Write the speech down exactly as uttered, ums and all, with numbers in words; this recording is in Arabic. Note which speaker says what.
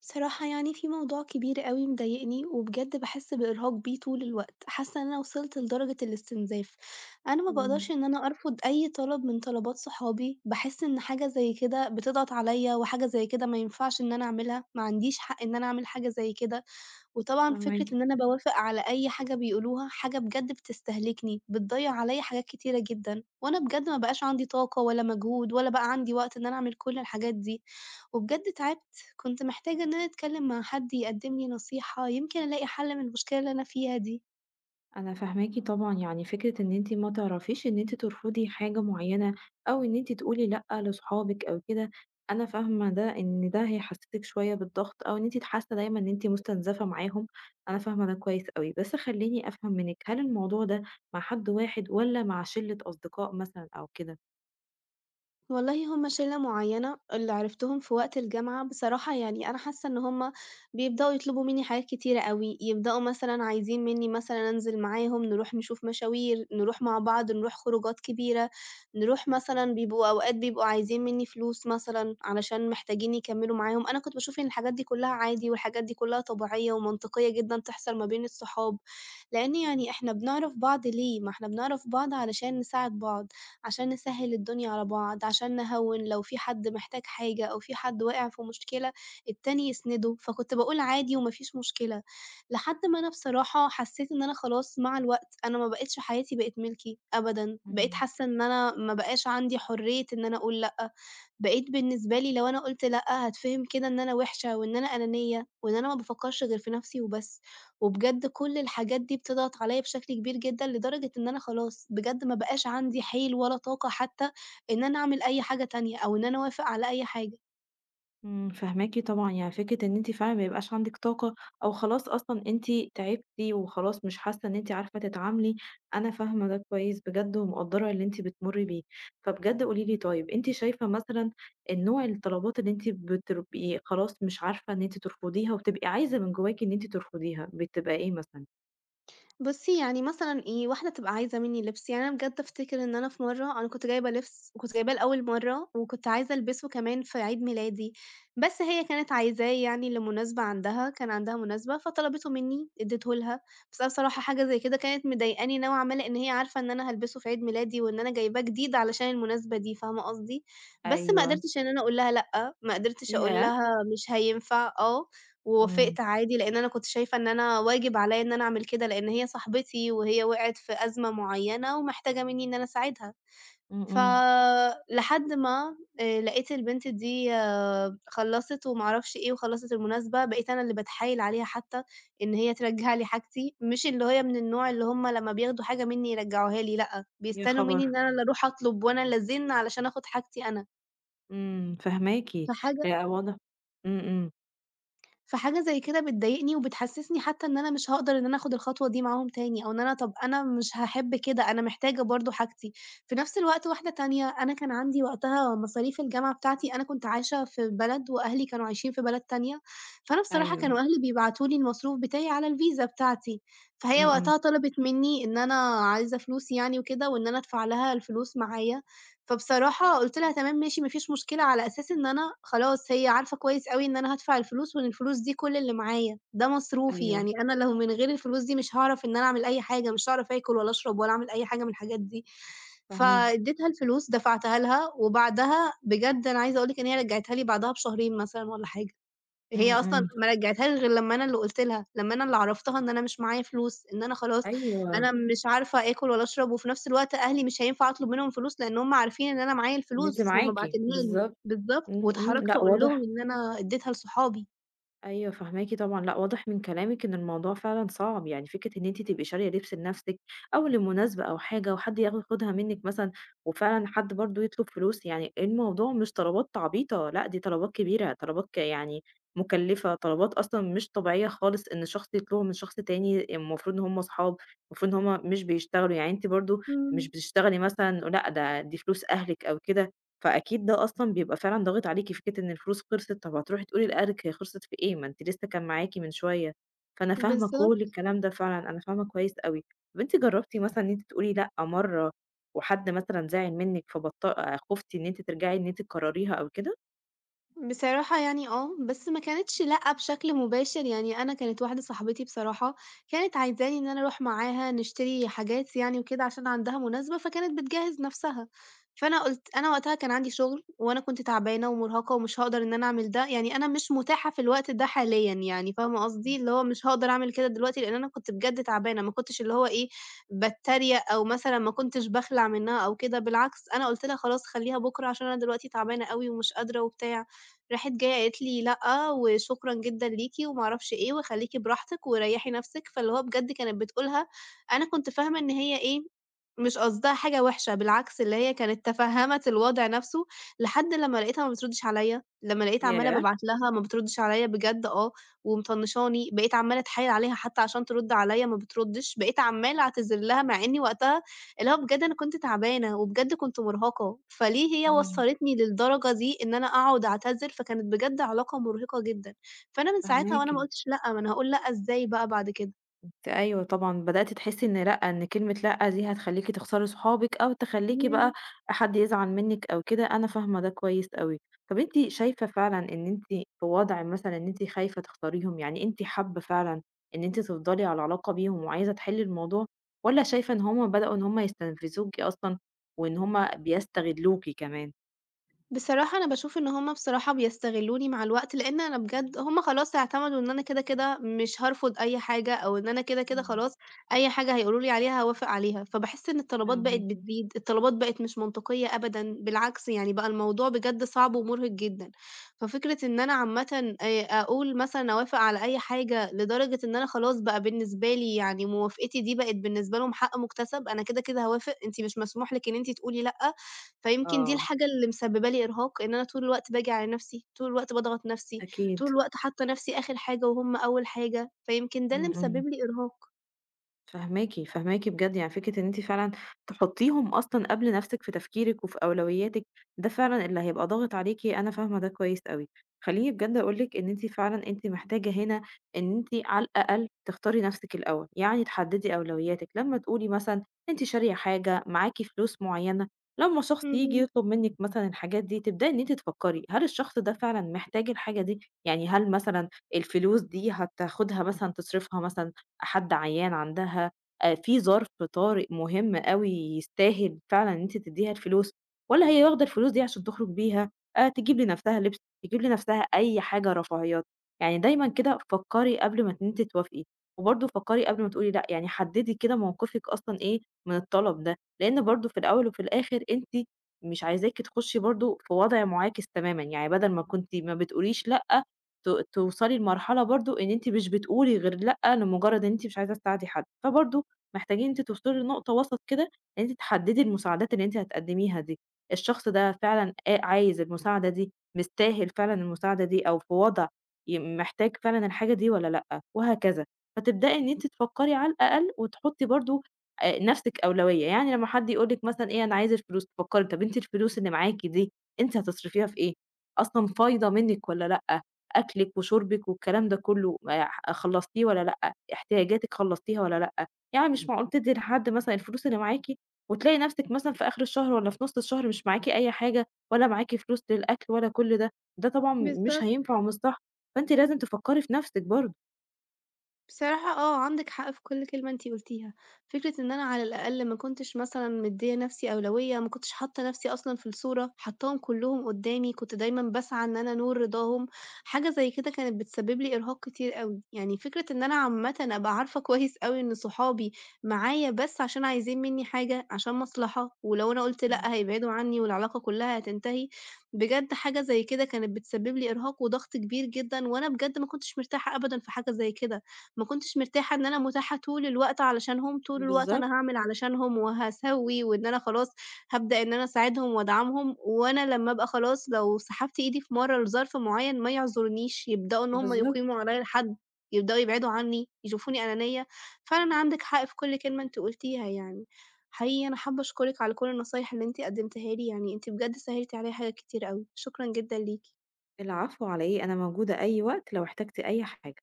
Speaker 1: بصراحة يعني في موضوع كبير أوي مضايقني وبجد باحس بإرهاق بيه طول الوقت، حاسة إن أنا وصلت لدرجة الاستنزاف، أنا ما باقدرش
Speaker 2: إمم،
Speaker 1: إن أنا أرفض أي طلب من طلبات صحابي، باحس إن حاجة زي كده بتضغط عليا وحاجة زي كده ما ينفعش إن أنا أعملها، ما عنديش حق إن أنا أعمل حاجة زي كده. وطبعًا فكرة
Speaker 2: فاهماكِ،
Speaker 1: إن أنا باوافق على أي حاجة بيقولوها، حاجة بجد بتستهلكني، بتضيّع عليَّ حاجات كتيرة جدًا، وأنا بجد ما بقاش عندي طاقة ولا مجهود ولا بقى عندي وقت إن أنا أعمل كل الحاجات دي، وبجد تعبت، كنت محتاجة إن أنا أتكلم مع حد يقدم لي نصيحة، يمكن ألاقي حل من المشكلة اللي أنا فيها دي.
Speaker 2: أنا فاهماكِ طبعًا، يعني فكرة إن أنتِ ما تعرفيش إن أنتِ ترفضي حاجة معيّنة، أو إن أنتِ تقولي لأ لصحابِك أو كده، أنا فاهمة ده إن ده هيحسسِك شوية بالضغط، أو إن أنتِ حاسة دايمًا إن أنتِ مستنزفة معاهم، أنا فاهمة ده كويس أوي، بس خلّيني أفهم منِّك، هل الموضوع ده مع حد واحد والّا مع شلة أصدقاء مثلًا أو كده؟
Speaker 1: والله هم شلة معيّنة اللي عرفتهم في وقت الجامعة، بصراحة يعني أنا حاسة إن هم بيبدؤوا يطلبوا منّي حاجات كتيرة أوي، يبدؤوا مثلًا عايزين منّي مثلًا أنزل معاهم نروح نشوف مشاوير، نروح مع بعض، نروح خروجات كبيرة، نروح مثلًا بيبقوا أوقات بيبقوا عايزين منّي فلوس مثلًا علشان محتاجين يكمّلوا معاهم، أنا كنت باشوف إن الحاجات دي كلّها عادي والحاجات دي كلّها طبيعية ومنطقية جدًا تحصل ما بين الصحاب، لإن يعني إحنا بنعرف بعض ليه؟ ما إحنا بنعرف بعض علشان نساعد بعض. عشان نسهّل الدنيا على بعض، عشان نهوّن لو في حد محتاج حاجة أو في حد واقع في مشكلة التاني يسنده، فكنت باقول عادي وما فيش مشكلة، لحد ما أنا بصراحة حسّيت إن أنا خلاص مع الوقت أنا ما بقيتش حياتي بقت ملكي أبدًا، بقيت
Speaker 2: إمم.
Speaker 1: حاسة إن أنا ما بقاش عندي حرية إن أنا أقول لأ، بقيت بالنسبة لي لو أنا قُلت لأ هاتفهم كده إن أنا وِحشة وإن أنا أنانية وإن أنا ما بافكّرش غير في نَفْسي وبس. وبجد كل الحاجات دي بتضغط عليَّ بشكل كبير جدًا، لدرجة إن أنا خلاص بجد ما بقاش عندي حيل ولا طاقة حتى إن أنا أعمل أي حاجة تانية أو إن أنا أوافق على أي حاجة.
Speaker 2: إمم، فاهماكِ طبعًا، يعني فكرة إن أنتِ فعلًا ما يبقاش عندِك طاقة أو خلاص أصلًا أنتِ تعبتِ وخلاص مش حاسة إن أنتِ عارفة تتعاملي، أنا فاهمة ده كويس بجد ومقدّرة اللي أنتِ بتمُرّي بيه. فبجد قولي لي طيب أنتِ شايفة مثلًا النوع الطلبات اللي أنتِ بتبقي خلاص مش عارفة إن أنتِ ترفضيها وبتبقي عايزة من جواكِ إن أنتِ ترفضيها، بتبقى إيه مثلًا؟
Speaker 1: بُصّي، يعني مثلًا إيه، واحدة تبقى عايزة منّي لِبس، يعني أنا بجد أفتكر إن أنا في مرّة أنا كنت جايبة لِبس وكنت جايباه لأول مرّة وكنت عايزة ألبسه كمان في عيد ميلادي، بس هي كانت عايزاه يعني لمناسبة عندها، كان عندها مناسبة فطلبته منّي، ادّيته لها، بس أنا بصراحة حاجة زي كده كانت مضايقاني نوعًا ما، لإن هي عارفة إن أنا هالبسه في عيد ميلادي وإن أنا جايباه جديد علشان المناسبة دي، فاهمة قصدي؟ بس ما
Speaker 2: أيوه.
Speaker 1: قدرتش إن أنا أقول لها لأ، ما قدرتش أقول
Speaker 2: ياه!
Speaker 1: لها مش هينفع، آه،
Speaker 2: إمم،
Speaker 1: ووافقت عادي، لإن أنا كنت شايفة إن أنا واجب عليّا إن أنا أعمل كده، لإن هي صاحبتي وهي وقعت في أزمة معيّنة ومحتاجة منّي إن أنا أساعدها.
Speaker 2: إمم،
Speaker 1: ف
Speaker 2: إمم،
Speaker 1: لحد ما آآ لقيت البنت دي آه، خلّصت وما أعرفش إيه وخلّصت المناسبة، بقيت أنا اللي باتحايل عليها حتى إن هي ترجّع لي حاجتي، مش اللي هي من النوع اللي هم لمّا بياخدوا حاجة منّي يرجّعوها لي لأ،
Speaker 2: يا
Speaker 1: بيستنوا منّي
Speaker 2: خبر!
Speaker 1: إن أنا اللي أروح أطلب وأنا اللي أزِن علشان آخُد حاجتي أنا،
Speaker 2: إمم، فاهماكِ،
Speaker 1: فحاجة
Speaker 2: لأ واضح. إمم، إمم،
Speaker 1: فحاجة زي كده بتضايقني وبتحسسني حتى إن أنا مش هاقدر إن أنا آخد الخطوة دي معاهم تاني، أو إن أنا طب أنا مش هاحب كده، أنا محتاجة برضه حاجتي. في نفس الوقت واحدة تانية، أنا كان عندي وقتها مصاريف الجامعة بتاعتي، أنا كنت عايشة في بلد وأهلي كانوا عايشين في بلد تانية، فأنا بصراحة كانوا
Speaker 2: أيوه،
Speaker 1: أهلي بيبعتوا لي المصروف بتاعي على الفيزا بتاعتي،
Speaker 2: إمم،
Speaker 1: فهي
Speaker 2: إمم،
Speaker 1: وقتها طلبت مني إن أنا عايزة فلوس يعني وكده، وإن أنا أدفع لها الفلوس معايا. فبصراحة قُلت لها: "تمام ماشي ما فيش مشكلة." على أساس إن أنا خلاص هي عارفة كويس أوي إن أنا هادفع الفلوس، وإن الفلوس دي كل اللي معايا، ده مصروفي،
Speaker 2: أيوه.
Speaker 1: يعني أنا لو من غير الفلوس دي مش هاعرف إن أنا أعمل أي حاجة، مش هاعرف آكل ولا أشرب ولا أعمل أي حاجة من الحاجات دي.
Speaker 2: فاهماكِ.
Speaker 1: فاديتها الفلوس، دفعتها لها، وبعدها بجد أنا عايزة أقول لِك إن هي رجعتها لي بعدها بشهرين مثلًا والّا حاجة. هي
Speaker 2: إمم،
Speaker 1: أصلًا
Speaker 2: إمم.
Speaker 1: ما رجعتهاش غير لمّا أنا اللي قُلت لها، لمّا أنا اللي عرّفتها إن أنا مش معايا فلوس، إن أنا خلاص
Speaker 2: أيوه،
Speaker 1: أنا مش عارفة آكل ولا أشرب، وفي نفس الوقت أهلي مش هينفع أطلب منهم فلوس، لإن هُم عارفين إن أنا معايا
Speaker 2: إن أنتِ
Speaker 1: الفلوس، هُم
Speaker 2: معاكِ،
Speaker 1: باعتينها لي
Speaker 2: بالضبط.
Speaker 1: بالضبط،
Speaker 2: إمم، إمم.
Speaker 1: واتحرجت
Speaker 2: لأ
Speaker 1: أقول لهم
Speaker 2: واضح،
Speaker 1: إن أنا اديتها لصحابي.
Speaker 2: أيوه فاهماكِ طبعًا، لأ واضح من كلامِك إن الموضوع فعلًا صعب، يعني فكرة إن أنتِ تبقي شارية لبس لنفسِك أو لمناسبة أو حاجة وحد ياخدها منِّك مثلًا، وفعلًا حد برضه يطلب فلوس، يعني الموضوع مش طلبات عبيطة، لأ دي طلبات كبيرة، طلبات ك يعني مكلفة، طلبات أصلًا مش طبيعية خالص إن شخص يطلبها من شخص تاني، المفروض إن هم صحاب، المفروض إن هم مش بيشتغلوا، يعني أنتِ برضه مش
Speaker 1: إمم،
Speaker 2: بتشتغلي مثلًا لأ ده دي فلوس أهلِك أو كده. فأكيد ده أصلًا بيبقى فعلًا ضاغط عليكِ، فكرة إن الفلوس خلصت، طب هتروحي تقولي لأهلِك هي خلصت في إيه؟ ما أنتِ لسه كان معاكِ من شوية، فأنا فاهمة كل
Speaker 1: بالضبط.
Speaker 2: الكلام ده فعلًا، أنا فاهمة كويس أوي. طب أنتِ جربتِ مثلًا إن أنتِ تقولي لأ مرة، وحد مثلًا زعل منِك فبط خُفتِ إن أنتِ ترجعي إن أنتِ تكرريها أو كده؟
Speaker 1: بصراحة يعني آه، بس ما كانتش لأ بشكل مباشر، يعني أنا كانت واحدة صاحبتي بصراحة كانت عايزاني إن أنا أروح معاها نشتري حاجات يعني وكده عشان عندها مناسبة، فكانت بتجهّز نَفْسها، فأنا قُلت أنا وقتها كان عندي شُغل وأنا كنت تعبانة ومُرهقة ومش هاقدر إن أنا أعمل ده، يعني أنا مش مُتاحة في الوقت ده حاليًا يعني فاهمة قصدي؟ اللي هو مش هاقدر أعمل كده دلوقتي لإن أنا كنت بجد تعبانة، ما كنتش اللي هو إيه، باتريق أو مثلًا ما كنتش باخلع منّها أو كده بالعكس، أنا قُلت لها خلاص خلّيها بُكرة عشان أنا دلوقتي تعبانة أوي ومش قادرة وبتاع. راحت جاية قالت لي: لأ، وشكرًا جدًا ليكِ وما أعرفش إيه، وخليكِ براحتك وريّحي نفسِك، فاللي هو بجد كانت بتقولها أنا كنت فاهمة إن هي إيه، مش قصدها حاجة وحشة، بالعكس اللي هي كانت تفهّمت الوضع نفسه، لحد لمّا لقيتها ما بتردش عليَّ، لمّا لقيت عمّالة
Speaker 2: ياه!
Speaker 1: بابعت لها ما بتردش عليَّ بجد آه، ومطنشاني، بقيت عمّالة أتحايل عليها حتى عشان ترد عليَّ ما بتردش، بقيت عمّالة أعتذر لها مع إني وقتها اللي هو بجد أنا كنت تعبانة، وبجد كنت مرهقة، فليه هي
Speaker 2: إمم،
Speaker 1: وصّلتني للدرجة دي إن أنا أقعد أعتذر، فكانت بجد علاقة مرهقة جدًا، فأنا من ساعتها وأنا
Speaker 2: فاهماكِ.
Speaker 1: ما قُلتش لأ، ما أنا هاقول لأ إزاي بقى بعد كده؟
Speaker 2: أيوه طبعًا، بدأتِ تحسّي إن لأ، إن كلمة لأ دي هتخلّيكِ تخسري صحابِك أو تخلّيكِ بقى حد يزعل منِّك أو كده، أنا فاهمة ده كويس أوي. طَب أنتِ شايفة فعلًا إن أنتِ في وضع مثلًا إن أنتِ خايفة تختاريهم، يعني أنتِ حابة فعلًا إن أنتِ تفضلي على علاقة بيهم وعايزة تحلّي الموضوع، والّا شايفة إن هم بدأوا إن هم يستنفذوكِ أصلًا وإن هم بيستغلّوكِ كمان؟
Speaker 1: بصراحة أنا باشوف إن هُم بصراحة بيستغلّوني مع الوقت، لإن أنا بجد هُم خلاص اعتمدوا إن أنا كده، كده مش هارفض أي حاجة، أو إن أنا كده، كده
Speaker 2: إمم،
Speaker 1: خلاص أي حاجة هيقولوا لي عليها هاوافق عليها، فباحس إن الطلبات بقت
Speaker 2: فاهماكِ.
Speaker 1: بتزيد، الطلبات بقت مش منطقية أبدًا، بالعكس يعني بقى الموضوع بجد صعب ومُرهق جدًا، ففكرة إن أنا عامةً آآ أقول مثلًا أوافق على أي حاجة لدرجة إن أنا خلاص بقى بالنسبة لي يعني موافقتي دي بقت بالنسبة لهم حق مُكتسب، أنا كده، كده هاوافق، أنتِ مش مسموح لِك إن أنتِ تقولي لأ، فيمكن دي
Speaker 2: آه،
Speaker 1: الحاجة اللي مسببة لي إرهاق، إن أنا طول الوقت باجي على نفسي، طول الوقت باضغط نفسي، طول
Speaker 2: أكيد.
Speaker 1: الوقت حاطة نفسي آخر حاجة وهُم أول حاجة، فيمكن ده اللي
Speaker 2: إمم،
Speaker 1: مسبب
Speaker 2: إمم.
Speaker 1: لي إرهاق.
Speaker 2: فاهماكِ، فاهماكِ بجد، يعني فكرة إن أنتِ فعلًا تحطّيهم أصلًا قبل نَفْسِك في تفكيرِك وفي أولوياتِك، ده فعلًا اللي هيبقى ضاغط عليكِ، أنا فاهمة ده كويس أوي. خلّيني بجد أقول لِك إن أنتِ فعلًا أنتِ محتاجة هنا إن أنتِ على الأقل تختاري نَفْسِك الأول، يعني تحدّدي أولوياتِك، لمّا تقولي مثلًا أنتِ شارية حاجة، معاكِ فلوس معيّنة، لمّا شخص ييجي
Speaker 1: إمم،
Speaker 2: يطلب منِّك مثلًا الحاجات دي، تبدئي إن أنتِ تفكّري هل الشخص ده فعلًا محتاج الحاجة دي؟ يعني هل مثلًا الفلوس دي هتاخدها مثلًا تصرفها مثلًا حد عيان عندها آآ في ظرف طارئ مهم أوي يستاهل فعلًا إن أنتِ تدّيها الفلوس، والّا هي واخدة الفلوس دي عشان تخرج بيها، آآ تجيب لنفسها لبس، تجيب لنفسها أي حاجة رفاهيات، يعني دايمًا كده فكّري قبل ما إن أنتِ توافقي، وبرضه فكّري قبل ما تقولي لأ، يعني حدّدي كده موقفِك أصلًا إيه من الطلب ده، لإن برضه في الأول وفي الآخر أنتِ مش عايزاكِ تخشي برضه في وضع معاكس تمامًا، يعني بدل ما كنتِ ما بتقوليش لأ ت توصلي لمرحلة برضه إن أنتِ مش بتقولي غير لأ لمجرد إن أنتِ مش عايزة تساعدي حد، فبرضه محتاجين أنتِ توصلي لنقطة وسط كده إن أنتِ تحددي المساعدات اللي أنتِ هتقدميها دي، الشخص ده فعلًا آ عايز المساعدة دي، مستاهل فعلًا المساعدة دي أو في وضع ي محتاج فعلًا الحاجة دي والّا لأ، وهكذا. فتبدئي إن أنتِ تفكري على الأقل وتحطي برضه آآ نفسِك أولوية، يعني لما حد يقول لِك مثلًا إيه أنا عايز الفلوس، تفكري طب أنتِ الفلوس اللي معاكِ دي أنتِ هتصرفيها في إيه؟ أصلًا فايضة منِك والّا لأ؟ أكلِك وشُربِك والكلام ده كلّه ما ح خلّصتيه والّا لأ، احتياجاتِك خلّصتيها والّا لأ، يعني مش معقول اهم. تدّي لحد مثلًا الفلوس اللي معاكِ وتلاقي نَفْسِك مثلًا في آخِر الشهر والّا في نُص الشهر مش معاكِ أي حاجة ولا معاكِ فلوس للأكل ولا كل ده، ده طبعًا مش
Speaker 1: بالضبط.
Speaker 2: هينفع ومش صح، فأنتِ لازم تفكّري في نَفْسِك برضه.
Speaker 1: بصراحة آه، عندِك حق في كل كلمة أنتِ قُلتيها، فكرة إن أنا على الأقل ما كنتش مثلًا مديّة نَفْسي أولوية، ما كنتش حاطة نَفْسي أصلًا في الصورة، حاطاهم كلّهم قدّامي، كنت دايمًا باسعى إن أنا أنول رضاهم، حاجة زي كده كانت بتسبب لي إرهاق كتير أوي، يعني فكرة إن أنا عامةً أبقى عارفة كويس أوي إن صحابي معايا بس عشان عايزين منّي حاجة، عشان مصلحة، ولو أنا قُلت
Speaker 2: إمم،
Speaker 1: لأ هيبعدوا عني والعلاقة كلّها هتنتهي، بجد حاجة زي كده كانت بتسبب لي إرهاق وضغط كبير جدًا، وأنا بجد ما كنتش مرتاحة أبدًا في حاجة زي كده. ما كنتش مرتاحة إن أنا متاحة طول الوقت علشانهم، طول الوقت أنا
Speaker 2: بالضبط،
Speaker 1: هاعمل علشانهم وهاسوّي وإن أنا خلاص هابدأ إن أنا أساعدهم وأدعمهم، وأنا لمّا أبقى خلاص لو سحبت إيدي في مرّة لظرف معيّن ما يعذرنيش، يبدؤوا إن هم
Speaker 2: بالضبط.
Speaker 1: يقيموا عليَّ الحد، يبدؤوا يبعدوا عني، يشوفوني أنانية، فعلًا عندِك حق في كل كلمة أنتِ قُلتيها يعني. حقيقي أنا حابة أشكرِك على كل النصايح اللي أنتِ قدّمتيها لي، يعني أنتِ بجد سهّلتِ عليَّ حاجات كتير أوي، شكرًا جدًا ليكِ.
Speaker 2: العفو على إيه، أنا موجودة أي وقت لو احتجتِ أي حاجة.